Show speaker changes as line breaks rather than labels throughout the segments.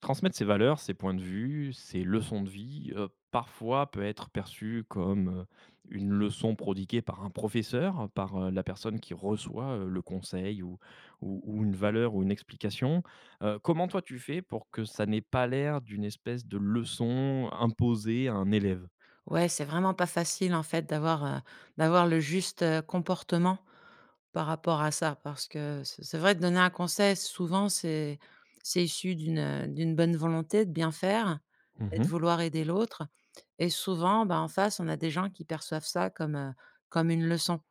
Transmettre ses valeurs, ses points de vue, ses leçons de vie, parfois peut être perçu comme, une leçon prodiguée par un professeur, par, la personne qui reçoit, le conseil ou une valeur ou une explication. Comment toi tu fais pour que ça n'ait pas l'air d'une espèce de leçon imposée à un élève?
Ouais, c'est vraiment pas facile en fait d'avoir le juste comportement par rapport à ça. Parce que c'est vrai, de donner un conseil souvent c'est issu d'une bonne volonté de bien faire, et de
Mmh.
vouloir aider l'autre. Et souvent, bah, en face, on a des gens qui perçoivent ça comme une leçon,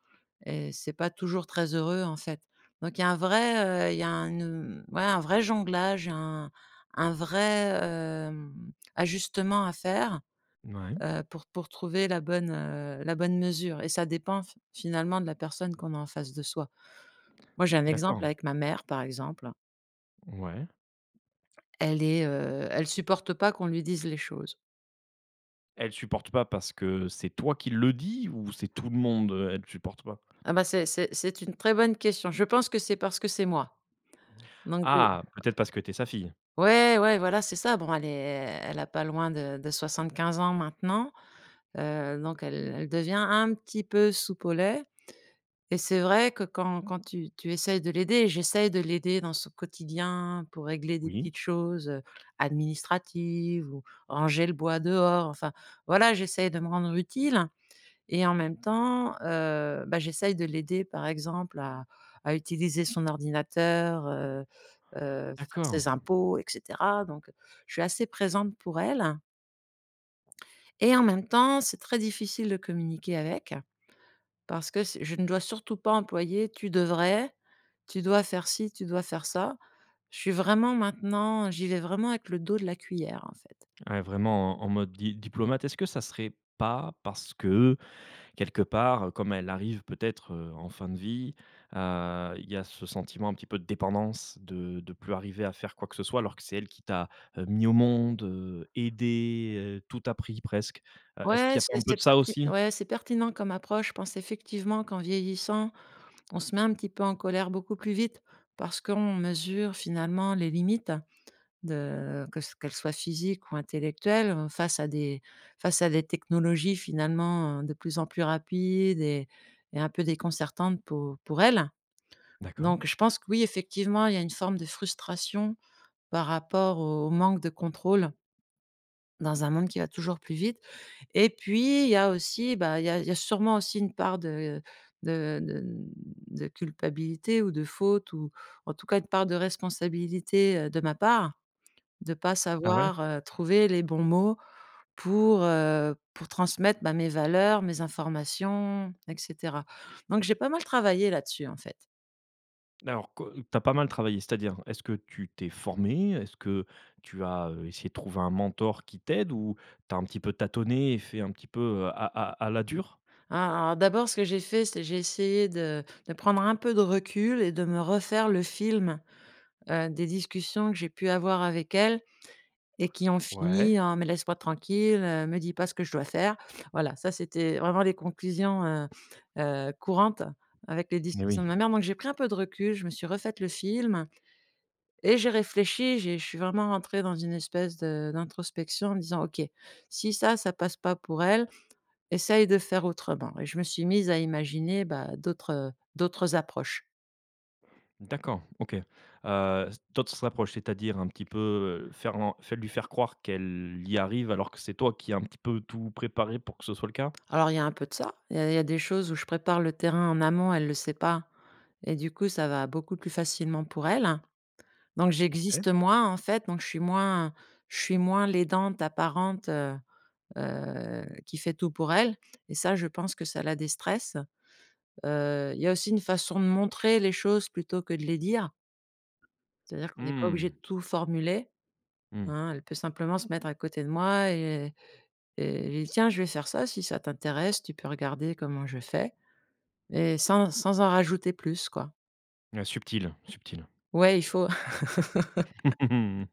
et c'est pas toujours très heureux en fait. Donc il y a un vrai, il y a un, ouais, un vrai jonglage, un vrai ajustement à faire
Ouais,
heu, pour trouver la bonne mesure. Et ça dépend f finalement de la personne qu'on a en face de soi. Moi, j'ai un exemple
d'accord.
avec ma mère, par exemple.
Ouais.
Elle supporte pas qu'on lui dise les choses.
Elle supporte pas parce que c'est toi qui le dis ou c'est tout le monde, elle supporte pas?
Ah bah, c'est une très bonne question. Je pense que c'est parce que c'est moi. Donc de
Ah, peut-être parce que t'es sa fille?
Ouais, ouais, voilà, c'est ça. Bon, elle a pas loin de 75 ans maintenant, donc elle devient un petit peu soupe au lait. Et c'est vrai que quand tu essayes de l'aider, j'essaye de l'aider dans son quotidien pour régler des
Oui.
petites choses, administratives, ou ranger le bois dehors, enfin, voilà, j'essaye de me rendre utile. Et en même temps, bah, j'essaye de l'aider, par exemple, à utiliser son ordinateur, faire
D'accord.
ses impôts, et cetera. Donc je suis assez présente pour elle, et en même temps, c'est très difficile de communiquer avec. Parce que c je ne dois surtout pas employer «tu devrais», «tu dois faire ci», «tu dois faire ça». Je suis vraiment Maintenant j'y vais vraiment avec le dos de la cuillère, en fait.
Ouais, vraiment en en mode di diplomate. Est-ce que ça serait pas parce que, quelque part, comme elle arrive peut-être, en fin de vie, il y a ce sentiment un petit peu de dépendance, de plus arriver à faire quoi que ce soit, alors que c'est elle qui t'a, mis au monde, aidé, tout appris presque. Est-ce
Ouais,
qu'il y a pas un peu
c'est
de ça
perti
aussi?
ouais, c'est pertinent comme approche. Je pense effectivement qu'en vieillissant, on se met un petit peu en colère beaucoup plus vite, parce qu'on mesure finalement les limites. De que s Qu'elles soient physiques ou intellectuelles, face à des technologies finalement, de plus en plus rapides et un peu déconcertantes pour elles.
D'accord.
Donc je pense que oui, effectivement, il y a une forme de frustration par rapport au manque de contrôle dans un monde qui va toujours plus vite. Et puis il y a aussi, bah, il y a sûrement aussi une part de de de culpabilité, ou de faute, ou en tout cas une part de responsabilité, de ma part, de pas
Ah ouais?
savoir, trouver les bons mots, pour transmettre, bah, mes valeurs, mes informations, et cetera. Donc j'ai pas mal travaillé là-dessus, en fait.
Alors, co tu pas mal travaillé, c'est-à-dire, est-ce que tu t'es formé? Est-ce que tu as, essayé de trouver un mentor qui t'aide ou tu un petit peu tâtonné et fait un petit peu, à à la dure?
Alors d'abord, ce que j'ai fait, c'est j'ai essayé de prendre un peu de recul et de me refaire le film, des discussions que j'ai pu avoir avec elle. Et qui ont
Ouais.
fini en: «Mais laisse-moi tranquille, me dis pas ce que je dois faire». Voilà, ça c'était vraiment les conclusions, courantes avec les
Mais
discussions
oui,
de ma mère. Donc j'ai pris un peu de recul, je me suis refaite le film, et j'ai réfléchi, j'ai je suis vraiment rentrée dans une espèce de d'introspection en me disant: «OK, si ça, ça passe pas pour elle, essaye de faire autrement». Et je me suis mise à imaginer, bah, d'autres approches.
d'accord, OK. S D'autres approches, c'est-à-dire un petit peu, faire en faire lui faire croire qu'elle y arrive alors que c'est toi qui as un petit peu tout préparé pour que ce soit le cas?
Alors il y a un peu de ça. Il y a des choses où je prépare le terrain en amont, elle ne le sait pas, et du coup ça va beaucoup plus facilement pour elle. Donc
Ouais.
j'existe moins en fait, donc je suis moins l'aidante apparente, qui fait tout pour elle, et ça, je pense que ça la déstresse. Il y a aussi une façon de montrer les choses plutôt que de les dire. C'est-à-dire qu'on n'est pas
Mmh,
obligé de tout formuler,
mmh.
hein. Elle peut simplement se mettre à côté de moi et lui dire: «Tiens, je vais faire ça, si ça t'intéresse, tu peux regarder comment je fais». Et sans en rajouter plus, quoi.
Ouais, subtil, subtil.
Ouais, il faut.
Mmh.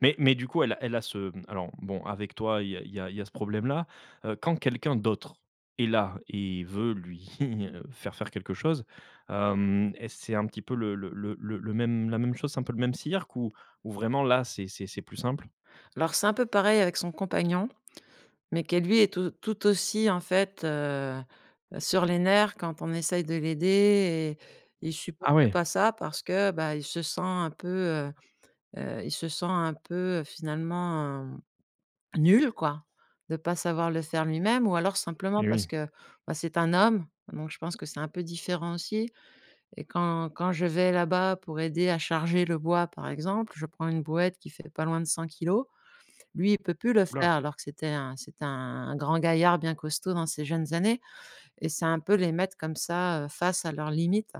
Mais du coup, elle a elle a ce alors bon, avec toi, il y a il y a il y a ce problème-là. Quand quelqu'un d'autre est là et veut lui, faire faire quelque chose, est c'est un petit peu le même la même chose, c'est un peu le même cirque ou vraiment là, c'est plus simple?
Alors c'est un peu pareil avec son compagnon, mais qui lui est tout tout aussi en fait, sur les nerfs quand on essaye de l'aider, et il supporte
Ah ouais,
pas ça parce que, bah, il se sent un peu, finalement, nul quoi, de pas savoir le faire lui-même, ou alors simplement
eh
parce
oui.
que, bah, c'est un homme, donc je pense que c'est un peu différent aussi. Et quand je vais là-bas pour aider à charger le bois, par exemple, je prends une brouette qui fait pas loin de 100 kilos. Lui, il peut plus le
Ouh
faire,
là!
alors que c'était un grand gaillard bien costaud dans ses jeunes années. Et c'est un peu les mettre comme ça, face à leurs limites.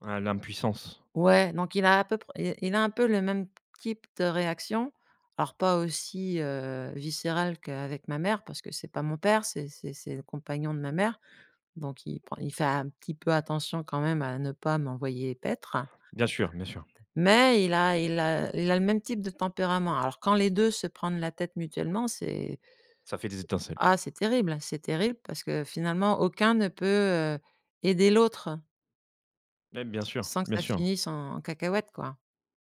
Ah, l'impuissance.
Ouais, donc il a un peu le même type de réaction. Alors pas aussi, viscérale qu'avec ma mère, parce que c'est pas mon père, c'est le compagnon de ma mère, donc il fait un petit peu attention quand même à ne pas m'envoyer paître.
Bien sûr, bien sûr.
Mais il a le même type de tempérament. Alors quand les 2 se prennent la tête mutuellement, c'est
Ça fait des étincelles.
ah, c'est terrible, c'est terrible, parce que finalement aucun ne peut, aider l'autre
Mais bien sûr,
sans que
bien
ça
sûr.
finisse en cacahuète, quoi.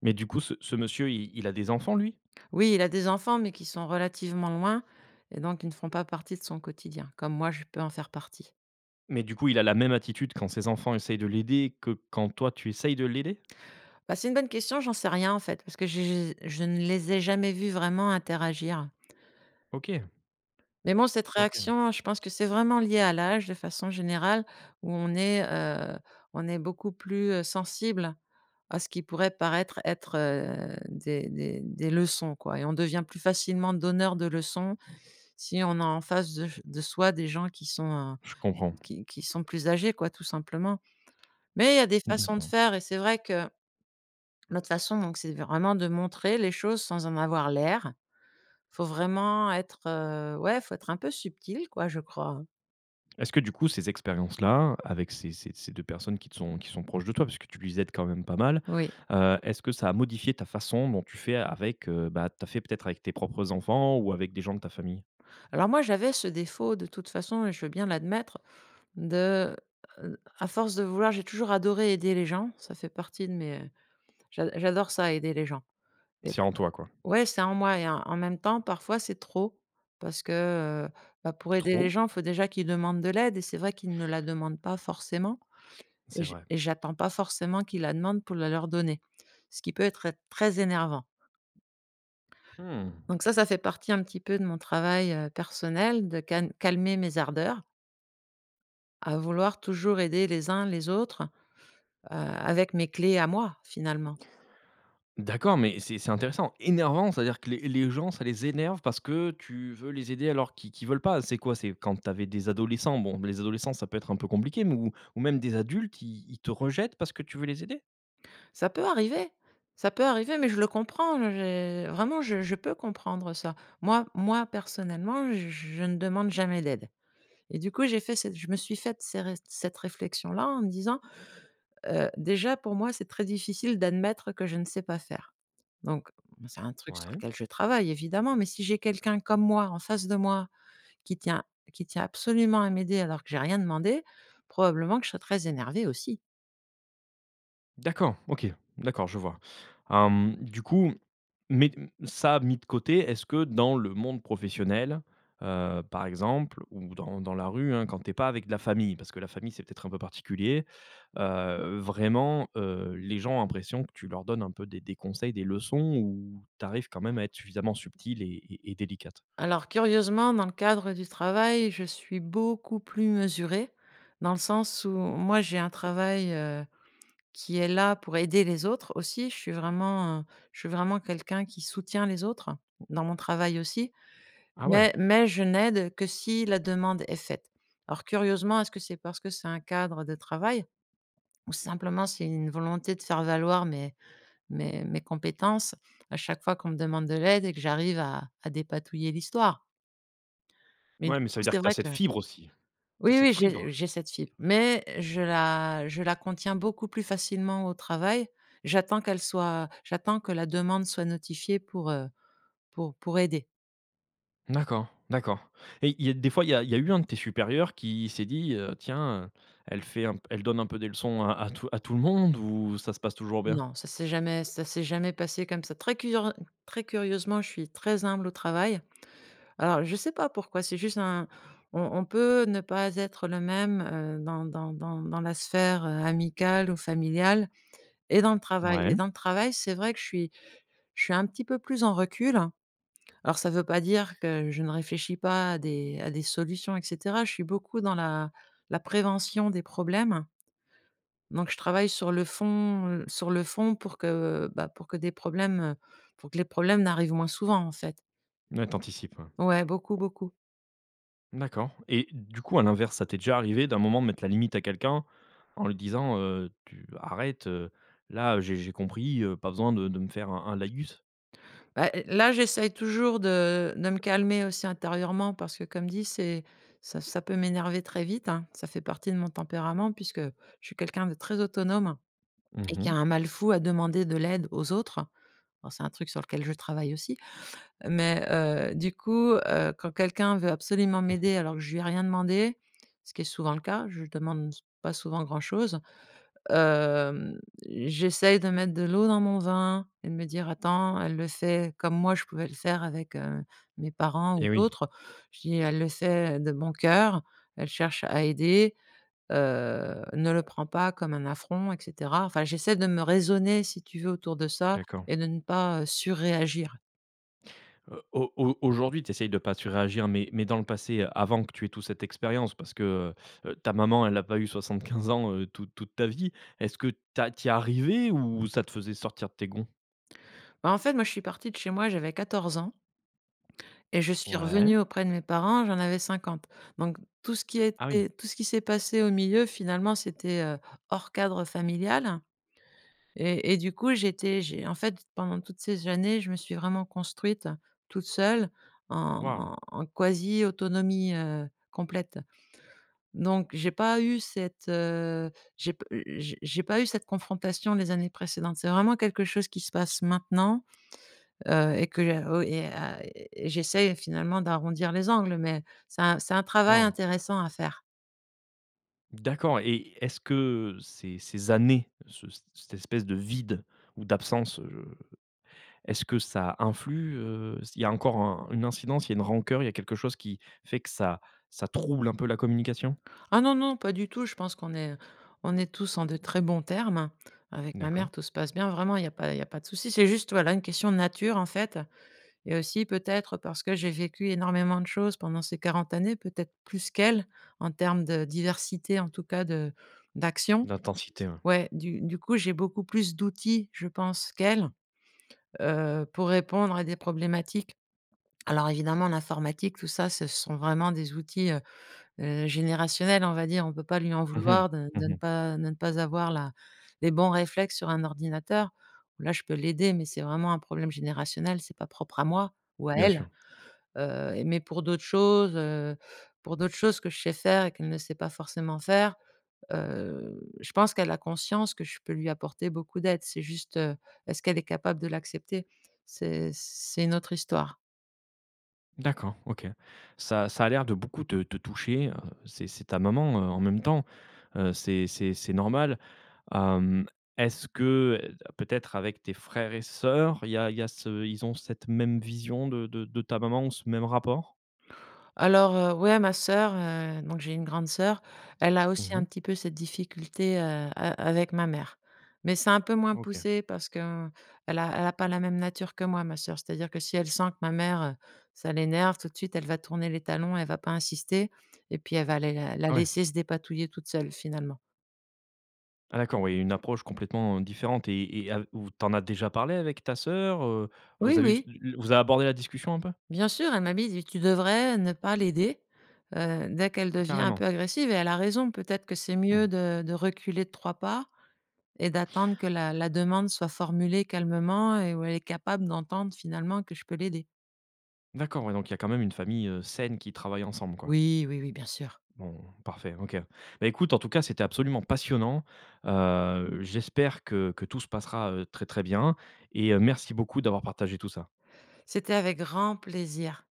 Mais du coup, ce ce monsieur, il a des enfants, lui?
Oui, il a des enfants, mais qui sont relativement loin, et donc ils ne font pas partie de son quotidien, comme moi je peux en faire partie.
Mais du coup, il a la même attitude quand ses enfants essayent de l'aider que quand toi, tu essayes de l'aider?
Bah, c'est une bonne question, j'en sais rien en fait, parce que j'ai je ne les ai jamais vus vraiment interagir.
OK,
Mais bon, cette
OK,
réaction, je pense que c'est vraiment lié à l'âge de façon générale. où on est, heu, on est beaucoup plus, sensible à ce qui pourrait paraître être, des leçons, quoi. Et on devient plus facilement donneur de leçons si on a en face de soi des gens qui sont,
je comprends.
qui sont plus âgés, quoi, tout simplement. Mais il y a des façons de
D'accord.
faire, et c'est vrai que notre façon, donc, c'est vraiment de montrer les choses sans en avoir l'air. Faut vraiment être, ouais, faut être un peu subtil, quoi, je crois, hein.
Est-ce que du coup, ces expériences-là, avec ces 2 personnes qui te sont qui sont proches de toi, parce que tu les aides quand même pas mal,
Oui.
est-ce que ça a modifié ta façon dont tu fais avec, bah, t'as fait peut-être avec tes propres enfants ou avec des gens de ta famille?
Alors moi, j'avais ce défaut de toute façon, et je veux bien l'admettre, de, à force de vouloir j'ai toujours adoré aider les gens, ça fait partie de mes, j'adore ça, aider les gens. Et
C'est en toi, quoi?
ouais, c'est en moi, et en même temps, parfois, c'est trop, parce que, bah, pour aider les
Trop?
gens, il faut déjà qu'ils demandent de l'aide, et c'est vrai qu'ils ne la demandent pas forcément.
C'est vrai.
Et j'attends pas forcément qu'ils la demandent pour la leur donner, ce qui peut être très énervant.
Mmh.
Donc ça fait partie un petit peu de mon travail, personnel, de calmer mes ardeurs à vouloir toujours aider les uns les autres, avec mes clés à moi, finalement.
D'accord, mais c'est intéressant. Énervant, c'est-à-dire que les gens, ça les énerve parce que tu veux les aider alors qu'ils qu'ils veulent pas. C'est quoi? C'est quand tu avais des adolescents, bon, les adolescents, ça peut être un peu compliqué, mais ou même des adultes, ils ils te rejettent parce que tu veux les aider?
Ça peut arriver, ça peut arriver, mais je le comprends, j'ai vraiment je peux comprendre ça. Moi personnellement, je ne demande jamais d'aide, et du coup, j'ai fait cette je me suis faite ces ré cette réflexion-là en me disant, «Déjà pour moi, c'est très difficile d'admettre que je ne sais pas faire». Donc c'est un truc sur
Ouais.
lequel je travaille évidemment, mais si j'ai quelqu'un comme moi en face de moi qui tient qui tient absolument à m'aider alors que j'ai rien demandé, probablement que je serais très énervée aussi.
D'accord, OK, d'accord, je vois. Du coup, mais ça mis de côté, est-ce que dans le monde professionnel, par exemple, ou dans dans la rue, hein, quand t'es pas avec de la famille, parce que la famille, c'est peut-être un peu particulier, vraiment, les gens ont l'impression que tu leur donnes un peu des conseils, des leçons ou t'arrives quand même à être suffisamment subtile et et délicate?
Alors curieusement, dans le cadre du travail, je suis beaucoup plus mesurée, dans le sens où moi j'ai un travail, qui est là pour aider les autres aussi. Je suis vraiment quelqu'un qui soutient les autres, dans mon travail aussi,
Ah ouais,
mais je n'aide que si la demande est faite. Alors curieusement, est-ce que c'est parce que c'est un cadre de travail, ou simplement c'est une volonté de faire valoir mes compétences à chaque fois qu'on me demande de l'aide et que j'arrive à dépatouiller l'histoire. Mais
ouais,
du
mais ça
coup,
veut dire
c'est
que t'as
vrai que
cette fibre aussi, t'as
oui, oui,
cette
j'ai
fibre.
j'ai cette fibre, mais je la contiens beaucoup plus facilement au travail. J'attends que la demande soit notifiée pour aider.
D'accord, d'accord. Et il y a des fois, il y a eu un de tes supérieurs qui s'est dit, «Tiens, elle fait un elle donne un peu des leçons à à tout le monde» ou ça se passe toujours bien?
Non, ça s'est jamais passé comme ça. Très curieusement, je suis très humble au travail. Alors je sais pas pourquoi, c'est juste un on peut ne pas être le même, dans la sphère, amicale ou familiale. Et dans le travail,
Ouais,
c'est vrai que je suis un petit peu plus en recul. Alors ça veut pas dire que je ne réfléchis pas à des solutions et cetera. Je suis beaucoup dans la prévention des problèmes, donc je travaille sur le fond pour que, bah, pour que des problèmes, pour que les problèmes n'arrivent moins souvent, en fait.
ouais, tu ouais.
Ouais, beaucoup, beaucoup.
D'accord et du coup, à l'inverse, ça t'est déjà arrivé d'un moment de mettre la limite à quelqu'un en lui disant, «Tu arrête, là, j'ai compris, pas besoin de me faire un laïus»?
Bah, là, j'essaye toujours de me calmer aussi intérieurement parce que comme dit, c'est ça ça peut m'énerver très vite, hein. Ça fait partie de mon tempérament puisque je suis quelqu'un de très autonome et qui a
Mmh.
un mal fou à demander de l'aide aux autres. Alors c'est un truc sur lequel je travaille aussi, mais du coup, quand quelqu'un veut absolument
Mmh.
m'aider alors que je lui ai rien demandé, ce qui est souvent le cas, je demande pas souvent grand chose. Hem, J'essaye de mettre de l'eau dans mon vin et de me dire: «Attends, elle le fait comme moi je pouvais le faire avec, mes parents ou
Et oui,
d'autres». Je dis: «Elle le fait de bon cœur, elle cherche à aider, ne le prends pas comme un affront» et cetera. Enfin, j'essaie de me raisonner si tu veux autour de ça
d'accord.
et de ne pas, surréagir.
Au au Aujourd'hui, tu essayes de pas surréagir, mais dans le passé, avant que tu aies toute cette expérience, parce que, ta maman, elle a pas eu 75 ans, toute toute ta vie. Est-ce que tu as es arrivée ou ça te faisait sortir de tes gonds?
Bah, en fait, moi je suis partie de chez moi, j'avais 14 ans. Et je suis
Ouais.
revenue auprès de mes parents, j'en avais 50. Donc
Ah oui.
tout ce qui s'est passé au milieu finalement c'était, hors cadre familial et j'ai en fait pendant toutes ces années, je me suis vraiment construite toute seule en
Waouh,
en en quasi autonomie, complète. Donc j'ai pas eu cette, j'ai p j'ai pas eu cette confrontation les années précédentes. C'est vraiment quelque chose qui se passe maintenant. Et que j'ai oh et j'essaye finalement d'arrondir les angles, mais c'est un travail
waouh.
intéressant à faire.
D'accord et est-ce que ces ces années, ce cette espèce de vide ou d'absence, est-ce que ça influe, il y a encore un une incidence, il y a une rancœur, il y a quelque chose qui fait que ça ça trouble un peu la communication?
Ah non, non, pas du tout, je pense qu'on est tous en de très bons termes. Avec ma mère,
D'accord.
tout se passe bien, vraiment, il y a pas de souci. C'est juste, voilà, une question de nature, en fait, et aussi peut-être parce que j'ai vécu énormément de choses pendant ces 40 années, peut-être plus qu'elle, en termes de diversité, en tout cas de d'action.
L'intensité, ouais.
Ouais, du coup, j'ai beaucoup plus d'outils, je pense, qu'elle, pour répondre à des problématiques. Alors évidemment, l'informatique, tout ça, ce sont vraiment des outils, générationnels, on va dire. On ne peut pas lui en
Mmh mh.
vouloir de de ne
Mmh.
pas de ne pas avoir la les bons réflexes sur un ordinateur. Là, je peux l'aider, mais c'est vraiment un problème générationnel, c'est pas propre à moi ou à
Bien
elle.
sûr.
Mais pour d'autres choses que je sais faire et qu'elle ne sait pas forcément faire, je pense qu'elle a conscience que je peux lui apporter beaucoup d'aide. C'est juste, est-ce qu'elle est capable de l'accepter? C'est une autre histoire.
D'accord, OK. Ça ça a l'air de beaucoup te te toucher, c'est ta maman, en même temps, c'est normal. Hem, Est-ce que, peut-être avec tes frères et sœurs, il y a ce ils ont cette même vision de de ta maman ou ce même rapport?
Alors, ouais, ma sœur, donc j'ai une grande sœur, elle a aussi un
Mmh.
petit peu cette difficulté, a avec ma mère. Mais c'est un peu moins
OK.
poussé parce que elle a pas la même nature que moi, ma sœur. C'est-à-dire que si elle sent que ma mère, ça l'énerve, tout de suite, elle va tourner les talons, elle va pas insister et puis elle va la
Ah ouais.
laisser se dépatouiller toute seule, finalement.
Ah d'accord, oui, une approche complètement, différente et av ou tu as déjà parlé avec ta sœur, Vous
Oui,
avez eu
oui,
vous avez abordé la discussion un peu?
bien sûr, elle m'a dit: «Tu devrais ne pas l'aider, dès qu'elle devient un peu
Carrément.
agressive» et elle a raison, peut-être que c'est mieux
Mmh.
de reculer de 3 pas. Et d'attendre que la demande soit formulée calmement et où elle est capable d'entendre finalement que je peux l'aider.
D'accord, ouais, donc il y a quand même une famille, saine qui travaille ensemble, quoi.
Oui, oui, oui, bien sûr.
Bon, parfait, OK. Bah, écoute, en tout cas, c'était absolument passionnant. J'espère que tout se passera, très, très bien et merci beaucoup d'avoir partagé tout ça.
C'était avec grand plaisir.